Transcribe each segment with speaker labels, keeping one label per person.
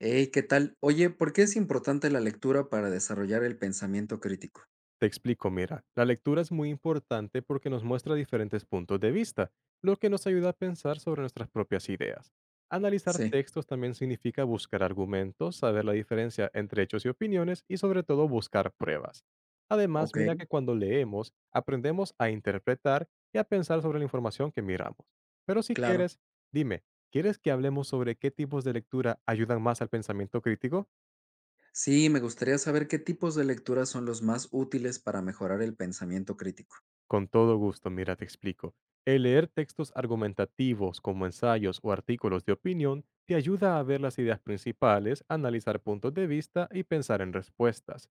Speaker 1: Hey, ¿qué tal? Oye, ¿por qué es importante la lectura para desarrollar el pensamiento crítico?
Speaker 2: Te explico, mira, la lectura es muy importante porque nos muestra diferentes puntos de vista, lo que nos ayuda a pensar sobre nuestras propias ideas. Analizar
Speaker 1: Sí.
Speaker 2: textos también significa buscar argumentos, saber la diferencia entre hechos y opiniones y sobre todo buscar pruebas. Además,
Speaker 1: Ok,
Speaker 2: mira que cuando leemos, aprendemos a interpretar y a pensar sobre la información que miramos. Pero si
Speaker 1: claro.
Speaker 2: quieres, dime, ¿quieres que hablemos sobre qué tipos de lectura ayudan más al pensamiento crítico?
Speaker 1: Sí, me gustaría saber qué tipos de lecturas son los más útiles para mejorar el pensamiento crítico.
Speaker 2: Con todo gusto, mira, te explico. El leer textos argumentativos como ensayos o artículos de opinión te ayuda a ver las ideas principales, analizar puntos de vista y pensar en respuestas.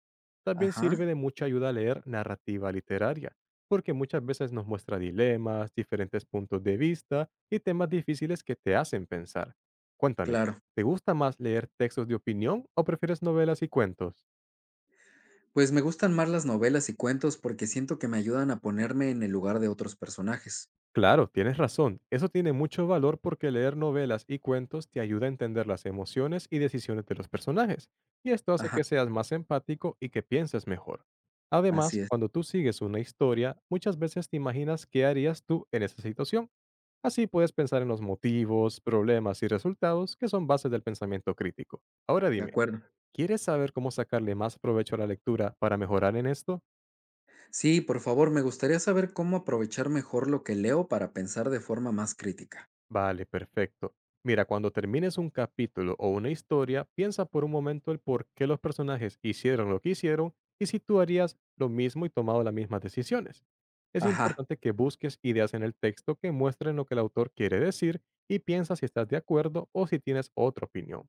Speaker 2: También sirve
Speaker 1: Ajá,
Speaker 2: de mucha ayuda a leer narrativa literaria, porque muchas veces nos muestra dilemas, diferentes puntos de vista y temas difíciles que te hacen pensar. Cuéntame,
Speaker 1: claro.
Speaker 2: ¿te gusta más leer textos de opinión o prefieres novelas y cuentos?
Speaker 1: Pues me gustan más las novelas y cuentos porque siento que me ayudan a ponerme en el lugar de otros personajes.
Speaker 2: Claro, tienes razón. Eso tiene mucho valor porque leer novelas y cuentos te ayuda a entender las emociones y decisiones de los personajes, y esto hace que
Speaker 1: Ajá,
Speaker 2: seas más empático y que pienses mejor. Además,
Speaker 1: así es,
Speaker 2: cuando tú sigues una historia, muchas veces te imaginas qué harías tú en esa situación. Así puedes pensar en los motivos, problemas y resultados que son bases del pensamiento crítico. Ahora
Speaker 1: de
Speaker 2: dime,
Speaker 1: acuerdo.
Speaker 2: ¿quieres saber cómo sacarle más provecho a la lectura para mejorar en esto?
Speaker 1: Sí, por favor, me gustaría saber cómo aprovechar mejor lo que leo para pensar de forma más crítica.
Speaker 2: Vale, perfecto. Mira, cuando termines un capítulo o una historia, piensa por un momento el por qué los personajes hicieron lo que hicieron y si tú harías lo mismo y tomado las mismas decisiones. Es
Speaker 1: Ajá,
Speaker 2: importante que busques ideas en el texto que muestren lo que el autor quiere decir y piensa si estás de acuerdo o si tienes otra opinión.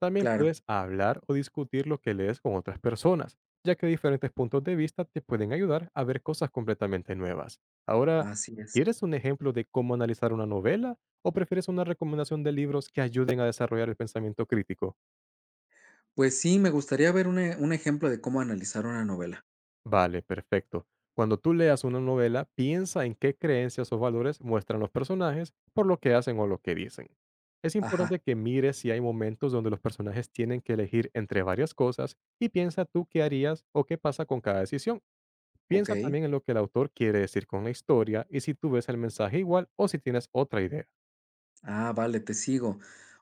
Speaker 2: También
Speaker 1: claro,
Speaker 2: puedes hablar o discutir lo que lees con otras personas, ya que diferentes puntos de vista te pueden ayudar a ver cosas completamente nuevas. Ahora,
Speaker 1: así es.
Speaker 2: ¿quieres un ejemplo de cómo analizar una novela o prefieres una recomendación de libros que ayuden a desarrollar el pensamiento crítico?
Speaker 1: Pues sí, me gustaría ver un ejemplo de cómo analizar una novela.
Speaker 2: Vale, perfecto. Cuando tú leas una novela, piensa en qué creencias o valores muestran los personajes por lo que hacen o lo que dicen. Es importante
Speaker 1: Ajá,
Speaker 2: que mires si hay momentos donde los personajes tienen que elegir entre varias cosas y piensa tú qué harías o qué pasa con cada decisión.
Speaker 1: ok.
Speaker 2: Piensa también en lo que el autor quiere decir con la historia y si tú ves el mensaje igual o si tienes otra idea.
Speaker 1: Ah, vale, te sigo.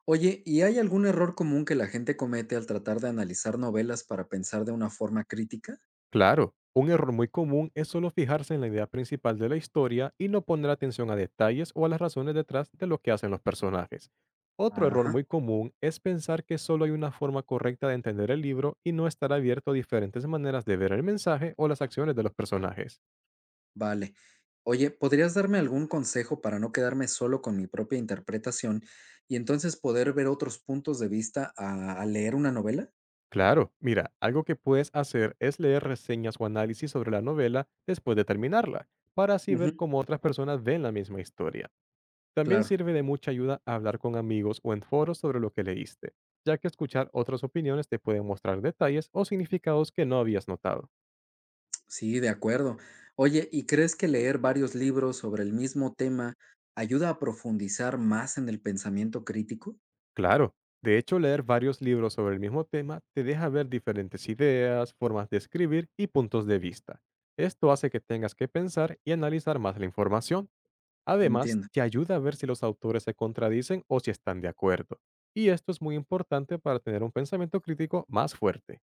Speaker 1: Oye, ¿y hay algún error común que la gente comete al tratar de analizar novelas para pensar de una forma crítica?
Speaker 2: Claro, un error muy común es solo fijarse en la idea principal de la historia y no poner atención a detalles o a las razones detrás de lo que hacen los personajes. Otro error
Speaker 1: Ajá,
Speaker 2: muy común es pensar que solo hay una forma correcta de entender el libro y no estar abierto a diferentes maneras de ver el mensaje o las acciones de los personajes.
Speaker 1: vale. Oye, ¿podrías darme algún consejo para no quedarme solo con mi propia interpretación y entonces poder ver otros puntos de vista al leer una novela?
Speaker 2: Claro, mira, algo que puedes hacer es leer reseñas o análisis sobre la novela después de terminarla, para así
Speaker 1: Ujú,
Speaker 2: ver cómo otras personas ven la misma historia. También
Speaker 1: claro.
Speaker 2: sirve de mucha ayuda hablar con amigos o en foros sobre lo que leíste, ya que escuchar otras opiniones te pueden mostrar detalles o significados que no habías notado.
Speaker 1: Sí, de acuerdo. Oye, ¿y crees que leer varios libros sobre el mismo tema ayuda a profundizar más en el pensamiento crítico?
Speaker 2: Claro, de hecho leer varios libros sobre el mismo tema te deja ver diferentes ideas, formas de escribir y puntos de vista. Esto hace que tengas que pensar y analizar más la información. Además,
Speaker 1: Entiendo.
Speaker 2: te ayuda a ver si los autores se contradicen o si están de acuerdo. Y esto es muy importante para tener un pensamiento crítico más fuerte.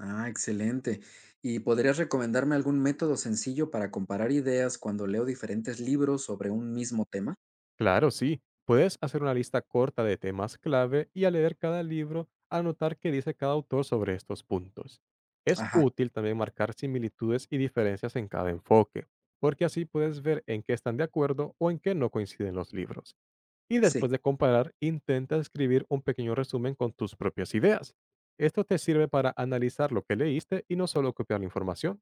Speaker 1: Ah, excelente. ¿Y podrías recomendarme algún método sencillo para comparar ideas cuando leo diferentes libros sobre un mismo tema?
Speaker 2: Claro, sí. Puedes hacer una lista corta de temas clave y al leer cada libro, anotar qué dice cada autor sobre estos puntos. Es
Speaker 1: Ajá,
Speaker 2: útil también marcar similitudes y diferencias en cada enfoque, porque así puedes ver en qué están de acuerdo o en qué no coinciden los libros. Y después
Speaker 1: sí,
Speaker 2: de comparar, intenta escribir un pequeño resumen con tus propias ideas. Esto te sirve para analizar lo que leíste y no solo copiar la información.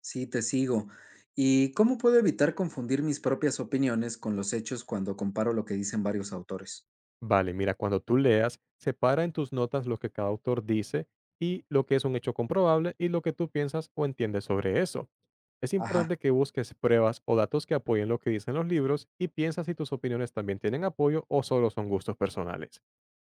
Speaker 1: sí, te sigo. ¿Y cómo puedo evitar confundir mis propias opiniones con los hechos cuando comparo lo que dicen varios autores?
Speaker 2: Vale, mira, cuando tú leas, separa en tus notas lo que cada autor dice y lo que es un hecho comprobable y lo que tú piensas o entiendes sobre eso. Es importante
Speaker 1: Ajá,
Speaker 2: que busques pruebas o datos que apoyen lo que dicen los libros y piensa si tus opiniones también tienen apoyo o solo son gustos personales.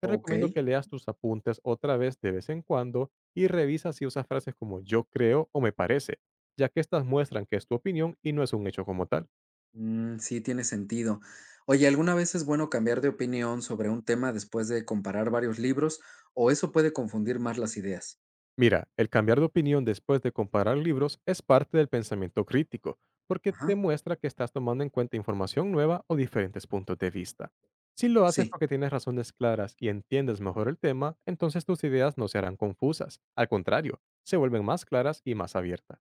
Speaker 2: Te
Speaker 1: ok.
Speaker 2: recomiendo que leas tus apuntes otra vez de vez en cuando y revisa si usas frases como yo creo o me parece, ya que estas muestran que es tu opinión y no es un hecho como tal.
Speaker 1: Mm, sí, tiene sentido. Oye, ¿alguna vez es bueno cambiar de opinión sobre un tema después de comparar varios libros o eso puede confundir más las ideas?
Speaker 2: Mira, el cambiar de opinión después de comparar libros es parte del pensamiento crítico, porque
Speaker 1: Ajá,
Speaker 2: demuestra que estás tomando en cuenta información nueva o diferentes puntos de vista. Si lo haces
Speaker 1: sí.
Speaker 2: porque tienes razones claras y entiendes mejor el tema, entonces tus ideas no se harán confusas. Al contrario, se vuelven más claras y más abiertas.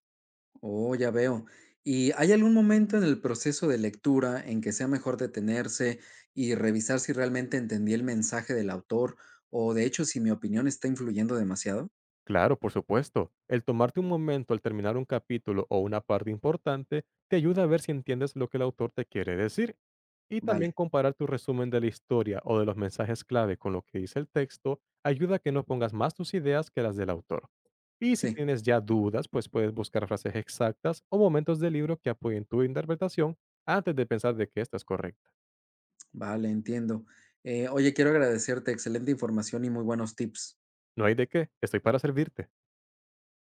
Speaker 1: Oh, ya veo. ¿Y hay algún momento en el proceso de lectura en que sea mejor detenerse y revisar si realmente entendí el mensaje del autor o de hecho si mi opinión está influyendo demasiado?
Speaker 2: Claro, por supuesto. El tomarte un momento al terminar un capítulo o una parte importante te ayuda a ver si entiendes lo que el autor te quiere decir. Y también
Speaker 1: Vale,
Speaker 2: comparar tu resumen de la historia o de los mensajes clave con lo que dice el texto ayuda a que no pongas más tus ideas que las del autor. Y si
Speaker 1: sí,
Speaker 2: tienes ya dudas, pues puedes buscar frases exactas o momentos del libro que apoyen tu interpretación antes de pensar de que esta es correcta.
Speaker 1: vale, entiendo. Oye, quiero agradecerte, excelente información y muy buenos tips.
Speaker 2: No hay de qué, estoy para servirte.